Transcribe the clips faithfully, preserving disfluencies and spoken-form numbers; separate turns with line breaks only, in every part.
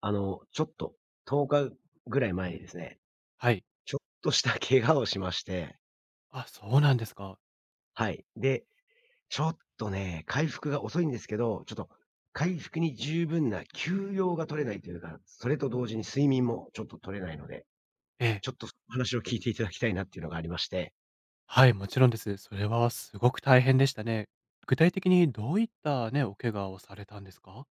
あの、ちょっと、とおかぐらい前にですね、
はい。
ちょっとした怪我をしまして、
あ、そうなんですか。
はい。で、ちょっとね、回復が遅いんですけど、ちょっと回復に十分な休養が取れないというか、それと同時に睡眠もちょっと取れないので、
ええ。
ちょっと話を聞いていただきたいなっていうのがありまして、
はい、もちろんです。それはすごく大変でしたね。具体的にどういったね、お怪我をされたんですか？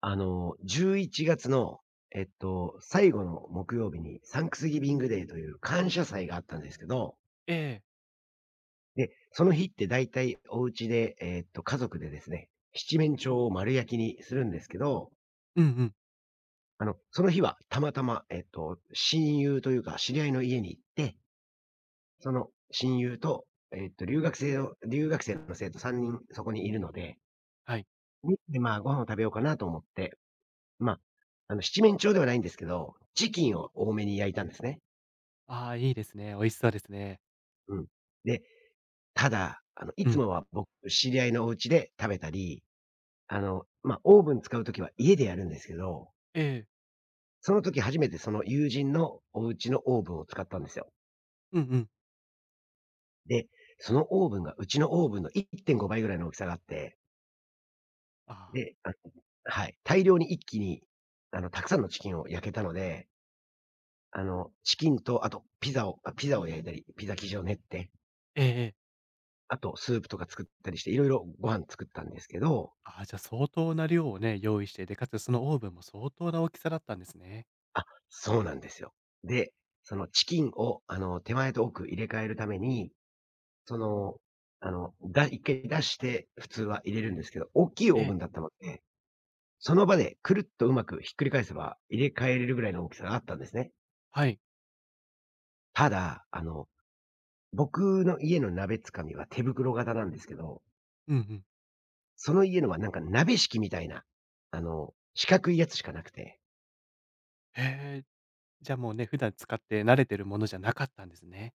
あの、じゅういちがつの、えっと、最後の木曜日にサンクスギビングデーという感謝祭があったんですけど。
ええ。
で、その日って大体お家で、えーっと、家族でですね、七面鳥を丸焼きにするんですけど、
うんうん。
あの、その日はたまたま、えーっと、親友というか、知り合いの家に行って、その親友と、えーっと、留学生の留学生の生徒さんにんそこにいるので、
はい。
みで、まあ、ご飯を食べようかなと思って、まあ、あの、七面鳥ではないんですけど、チキンを多めに焼いたんですね。
ああ、いいですね。美味しそうですね。
うん。で、ただ、あの、い
う
つ
ん。
もは僕、知り合いのお家で食べたり、あの、まあ、オーブン使うときは家でやるんですけど、
ええ。
その時初めてその友人のお家のオーブンを使ったんですよ。
うんうん。
で、そのオーブンがうちのオーブンのいってんごばいぐらいの大きさがあって、
ああ、
で、あ、はい、大量に一気に、あの、たくさんのチキンを焼けたので、あの、チキンとあとピザをあ、ピザを焼いたり、ピザ生地を練って、
ええええ。
あとスープとか作ったりして、いろいろご飯作ったんですけど、
ああ、じゃ、相当な量をね、用意して、で、かつそのオーブンも相当な大きさだったんですね。
あ、そうなんですよ。で、そのチキンを、あの、手前と奥入れ替えるために、その、あの、だ一回出して普通は入れるんですけど、大きいオ
え
ー
え、
ブンだったので、その場でくるっとうまくひっくり返せば、入れ替えれるぐらいの大きさがあったんですね。
はい。
ただ、あの、僕の家の鍋つかみは手袋型なんですけど、
うんうん。
その家のはなんか鍋敷きみたいな、あの、四角いやつしかなくて。
へえ。じゃ、もうね、普段使って慣れてるものじゃなかったんですね。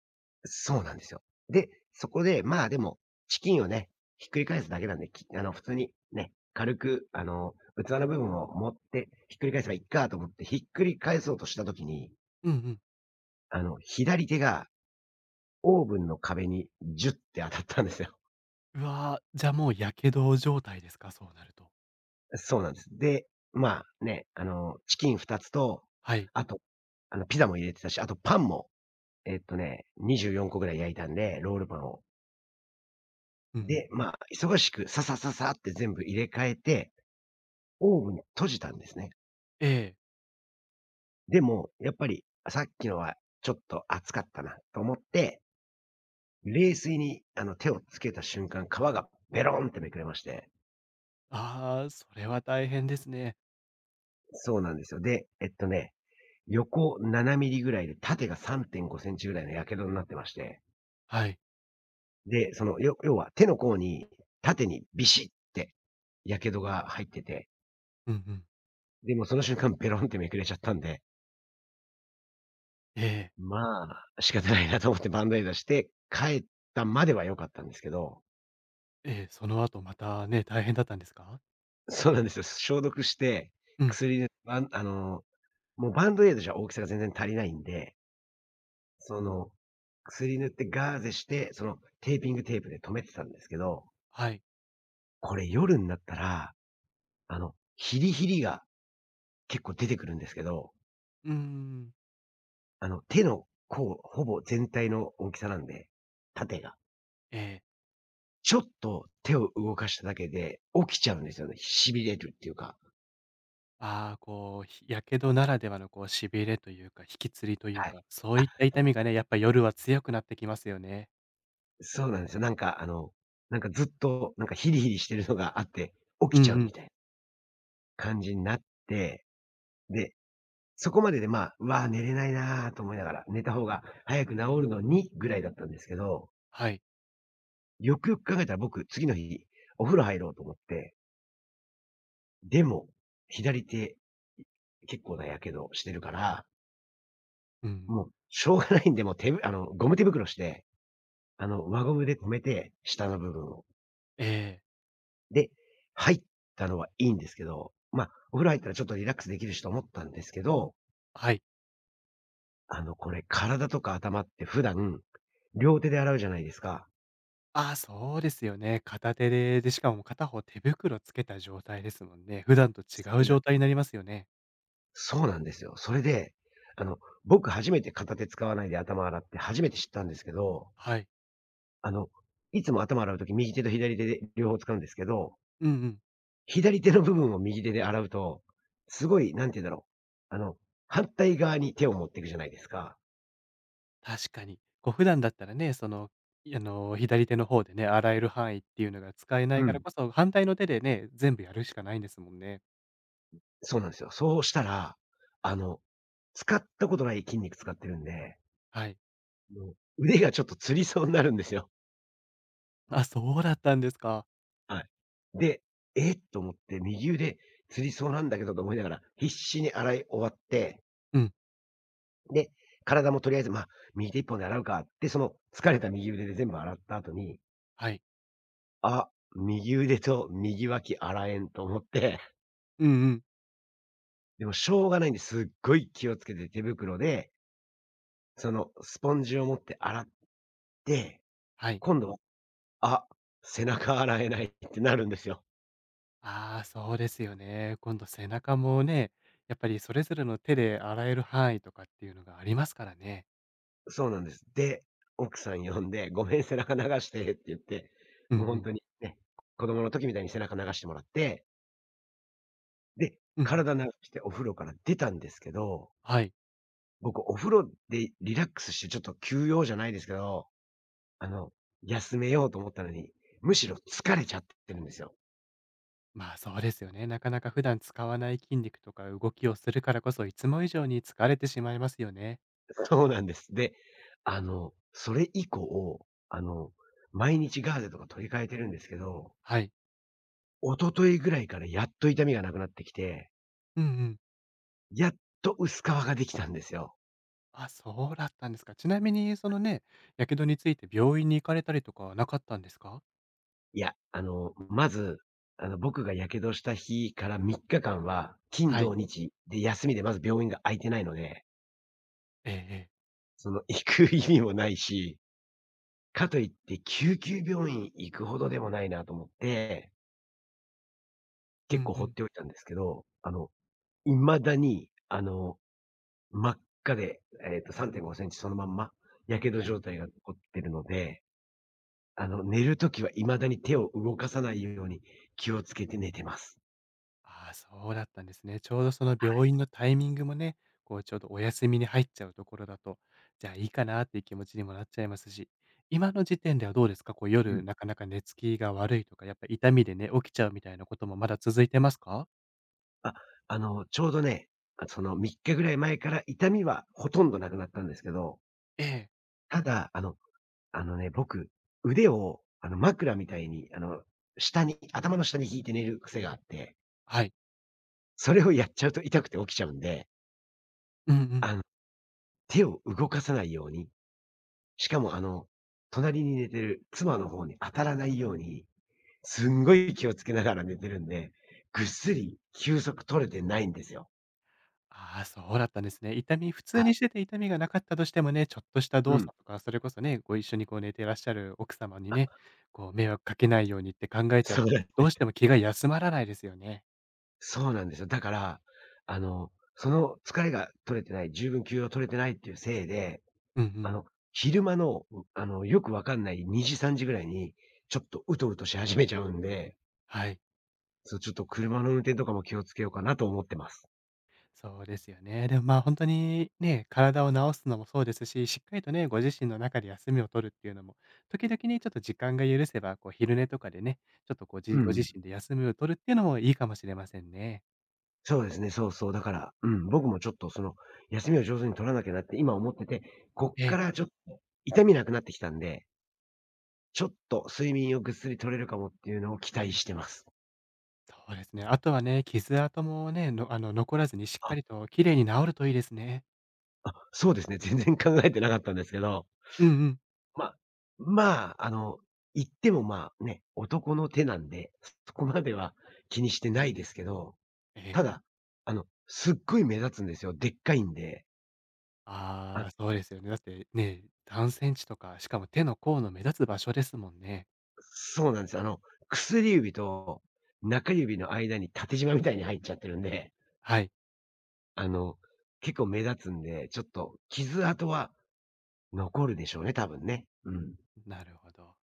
そうなんですよ。で、そこで、まあ、でも、チキンをね、ひっくり返すだけなんで、きあの、普通にね、軽く、あの、器の部分を持って、ひっくり返せばいっかと思って、ひっくり返そうとした時に、
うんうん。
あの、左手がオーブンの壁にジュッて当たったんですよ。
うわ、じゃ、もう火傷状態ですか？そうなると。
そうなんです。で、まあ、ね、あの、チキンふたつと、
はい。
あと、あの、ピザも入れてたし、あとパンも、えっとね、にじゅうよんこぐらい焼いたんで、ロールパンを。
うんうん。
で、まあ、忙しくささささって全部入れ替えてオーブンに閉じたんですね。
ええ。
でも、やっぱり、あ、さっきのはちょっと熱かったなと思って、冷水にあの手をつけた瞬間、皮がベロンってめくれまして。
ああ、それは大変ですね。
そうなんですよ。で、えっとね、横ななミリぐらいで縦がさんてんごセンチぐらいの火傷になってまして。
はい。
で、その、よ要は手の甲に縦にビシッって火傷が入ってて、
うんうん。
で、もその瞬間ベロンってめくれちゃったんで、
ええ、
まあ、仕方ないなと思ってバンダイ出して、帰ったまでは良かったんですけど。
ええ、その後またね、大変だったんですか？
そうなんですよ。消毒して、
うん。
薬で、あんあの、もうバンドエイドじゃ大きさが全然足りないんで、その、薬塗ってガーゼして、そのテーピングテープで留めてたんですけど、
はい。
これ夜になったら、あの、ヒリヒリが結構出てくるんですけど、
うーん。
あの、手の甲、ほぼ全体の大きさなんで、縦が。
ええ。
ちょっと手を動かしただけで起きちゃうんですよね。痺れるっていうか。
ああ、こう、ひ火傷ならではのこう痺れというか、引きつりという
はい。
か、そう
あ、
いった痛みがね、やっぱ夜は強くなってきますよね。
そうなんですよ。なんかあの、なんかずっと、なんかヒリヒリしてるのがあって、
う
起き
ん
ちゃう
う
み
ん。
たいな感じになって、で、そこまでで、まあ、うわ、寝れないなと思いながら、寝た方が早く治るのにぐらいだったんですけど、
はい。
よくよく考えたら僕、次の日、お風呂入ろうと思って、でも、左手、結構な火傷してるから、
うん。
もうしょうがないんで、もう手ぶあの、ゴム手袋して、あの、輪ゴムで止めて、下の部分を。
ええ、
で、入ったのはいいんですけど、まあ、お風呂入ったらちょっとリラックスできるしと思ったんですけど、
はい。
あの、これ体とか頭って普段、両手で洗うじゃないですか。
ああ、そうですよね。片手で、で、しかも片方手袋つけた状態ですもんね。普段と違
そう
う
な
状態になりますよね。
そうなんですよ。それで、あの、僕初めて片手使わないで頭洗って初めて知ったんですけど、
はい。
あの、いつも頭洗うとき右手と左手で両方使うんですけど、
うんうん。
左手の部分を右手で洗うと、すごい、なんて言うんだろう、あの、反対側に手を持っていくじゃないですか。
確かに。こう普段だったらね、その、いあの、左手の方でね、洗える範囲っていうのが使えな
う
いから
ん。
こそ、反対の手でね、全部やるしかないんですもんね。
そうなんですよ。そうしたら、あの、使ったことない筋肉使ってるんで、
はい。
もう腕がちょっとつりそうになるんですよ。
あ、そうだったんですか。
はい。で、えっと思って右腕つりそうなんだけどと思いながら、必死に洗い終わって、
うん。
で、体もとりあえず、まあ、右手一本で洗うかって、その疲れた右腕で全部洗った後に、
はい。
あ、右腕と右脇洗えんと思って、
うんうん。
でもしょうがないんで、すっごい気をつけて手袋で、そのスポンジを持って洗って、
はい。
今度あ、背中洗えないってなるんですよ。
ああ、そうですよね。今度背中もね、やっぱりそれぞれの手で洗える範囲とかっていうのがありますからね。
そうなんです。で、奥さん呼んで、ごめん、背中流してって言って、
うんう
もう本
ん。
当にね、子供の時みたいに背中流してもらって、で、
うんうん。
体流してお風呂から出たんですけど、
はい。
僕お風呂でリラックスしてちょっと休養じゃないですけど、あの、休めようと思ったのに、むしろ疲れちゃってるんですよ。
まあそうですよね。なかなか普段使わない筋肉とか動きをするからこそ、いつも以上に疲れてしまいますよね。
そうなんです。で、あの、それ以降、あの、毎日ガーゼとか取り替えてるんですけど、
はい。
一昨日ぐらいからやっと痛みがなくなってきて、
うんうん。
やっと薄皮ができたんですよ。
あ、そうだったんですか。ちなみに、そのね、火傷について病院に行かれたりとかはなかったんですか？
いや、あの、まず、あの、僕が火傷した日からみっかかんは、金
はい。
土日で休みでまず病院が空いてないので、
ええええ。
その行く意味もないし、かといって救急病院行くほどでもないなと思って、
う
結
ん
構
う
放っ
ん。
ておいたんですけど、あの、未だに、あの、真っ赤で、えっと、さんてんごセンチそのまんま、火傷
はい。
状態が残ってるので、あの、寝るときは未だに手を動かさないように気をつけて寝てます。
ああ、そうだったんですね。ちょうどその病院のタイミングもね、こうちょうどお休みに入っちゃうところだと、じゃあいいかなっていう気持ちにもなっちゃいますし、今の時点ではどうですか？こう
う
夜
ん。
なかなか寝つきが悪いとか、やっぱ痛みでね、起きちゃうみたいなこともまだ続いてますか？
あ、あの、ちょうどね、あ、そのみっかぐらい前から痛みはほとんどなくなったんですけど、
ええ。
ただ、あのあのね、僕、腕をあの、枕みたいに、あの、下に頭の下に引いて寝る癖があって、
はい。
それをやっちゃうと痛くて起きちゃうんで、
うんうん。
あの、手を動かさないように、しかもあの、隣に寝てる妻の方に当たらないようにすんごい気をつけながら寝てるんで、ぐっすり休息取れてないんですよ。
ああ、そうだったんですね。痛み普
は
通に
い。
してて痛みがなかったとしてもね、ちょっとした
う
動
ん。
作とか、それこそね、ご一緒にこう寝てらっしゃる奥様に
あ、
ね、こう迷惑かけないようにって考えちゃう
そう
と、
なん
ど
で
うして
す。
も気が休まらないですよね。
そうなんですよ。だから、あの、その疲れが取れてない、十分休養取れてないっていうせいで、
うんう
あ
ん。
の、昼間の、うあの、よくわかんないにじ、さんじぐらいに、ちょっとうとうとし始めちゃうんで、
はい。
そう、ちょっと車の運転とかも気をつけようかなと思ってます。
そうですよね。でもまあ、本当にね、体を治すのもそうですし、しっかりとね、ご自身の中で休みを取るっていうのも、時々ね、ちょっと時間が許せば、こう昼寝とかでね、ちょっとこう
う
じご
ん。
自身で休みを取るっていうのもいいかもしれませんね。
そうですね、そうそう。だから、うん、僕もちょっとその、休みを上手に取らなきゃなって今思ってて、こっ
え
か
え、
らちょっと痛みなくなってきたんで、ちょっと睡眠をぐっすり取れるかもっていうのを期待してます。
そうですね。あとはね、傷跡もね、のあの、残らずにしっ
あ、
かりと綺麗に治るといいですね。
あ、そうですね。全然考えてなかったんですけど、
うんうん。
まあ、まあ、あの、言ってもまあね、男の手なんで、そこまでは気にしてないですけど、
え
た
え。
だ、あの、すっごい目立つんですよ。でっかいんで。
ああ、そうですよね。だってね、さんセンチとか、しかも手の甲の目立つ場所ですもんね。
そうなんです、あの、薬指と中指の間に縦縞みたいに入っちゃってるんで、
はい、
あの、結構目立つんで、ちょっと傷跡は残るでしょうね、多分ね。うん。
なるほど。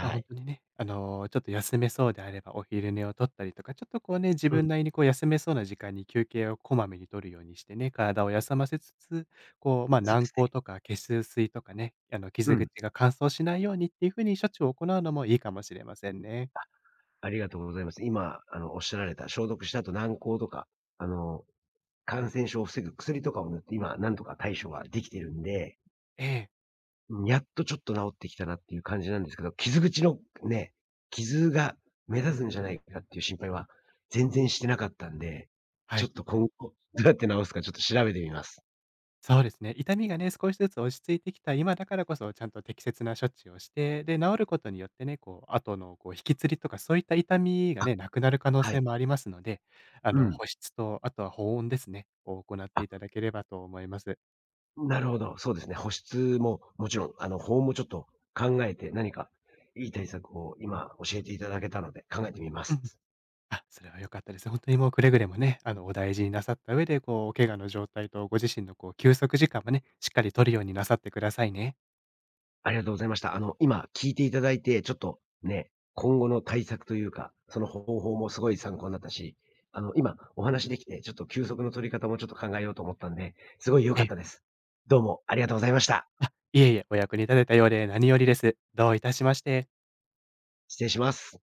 ま、あ本
い。
当にね、あの、ちょっと休めそうであればお昼寝を取ったりとか、ちょっとこうね、自
うん、そ
分なりにこう休めそうな時間に休憩をこまめに取るようにしてね、体を休ませつつ、こう、ま、
うで
軟
す
膏
ね。
とか血水とかね、あの、
う
傷
ん。
口が乾燥しないようにっていうふうに処置を行うのもいいかもしれませんね。
ありがとうございます。今、あの、おっしゃられた消毒した後、軟膏とか、あの、感染症を防ぐ薬とかを塗って、今、なんとか対処はできてるんで、
ええ、
うん、やっとちょっと治ってきたなっていう感じなんですけど、傷口のね、傷が目立つんじゃないかっていう心配は全然してなかったんで、
は
ちょっ
い。
と今後、どうやって治すかちょっと調べてみます。
そうですね。痛みがね、少しずつ落ち着いてきた今だからこそ、ちゃんと適切な処置をして、で、治ることによってね、こう、後のこう引きつりとか、そういった痛みが
あ、
ね、なくなる可能
はい。
性もありますので、あ
う
の、
ん。
保湿と、あとは保温ですね、を行っ
あ、
ていただければと思います。
なるほど、そうですね。保湿ももちろん、あの、保温もちょっと考えて、何かいい対策を今教えていただけたので考えてみま
う
す。
ん。あ、それは良かったです。本当にもうくれぐれもね、あの、お大事になさった上で、こう、お怪我の状態とご自身のこう、休息時間もね、しっかり取るようになさってくださいね。
ありがとうございました。あの、今聞いていただいて、ちょっとね、今後の対策というか、その方法もすごい参考になったし、あの、今お話できて、ちょっと休息の取り方もちょっと考えようと思ったんで、すごい良か
え
っ
え。
たです。どうもありがとうございました。
あ、いえいえ、お役に立てたようで何よりです。どういたしまして。
失礼します。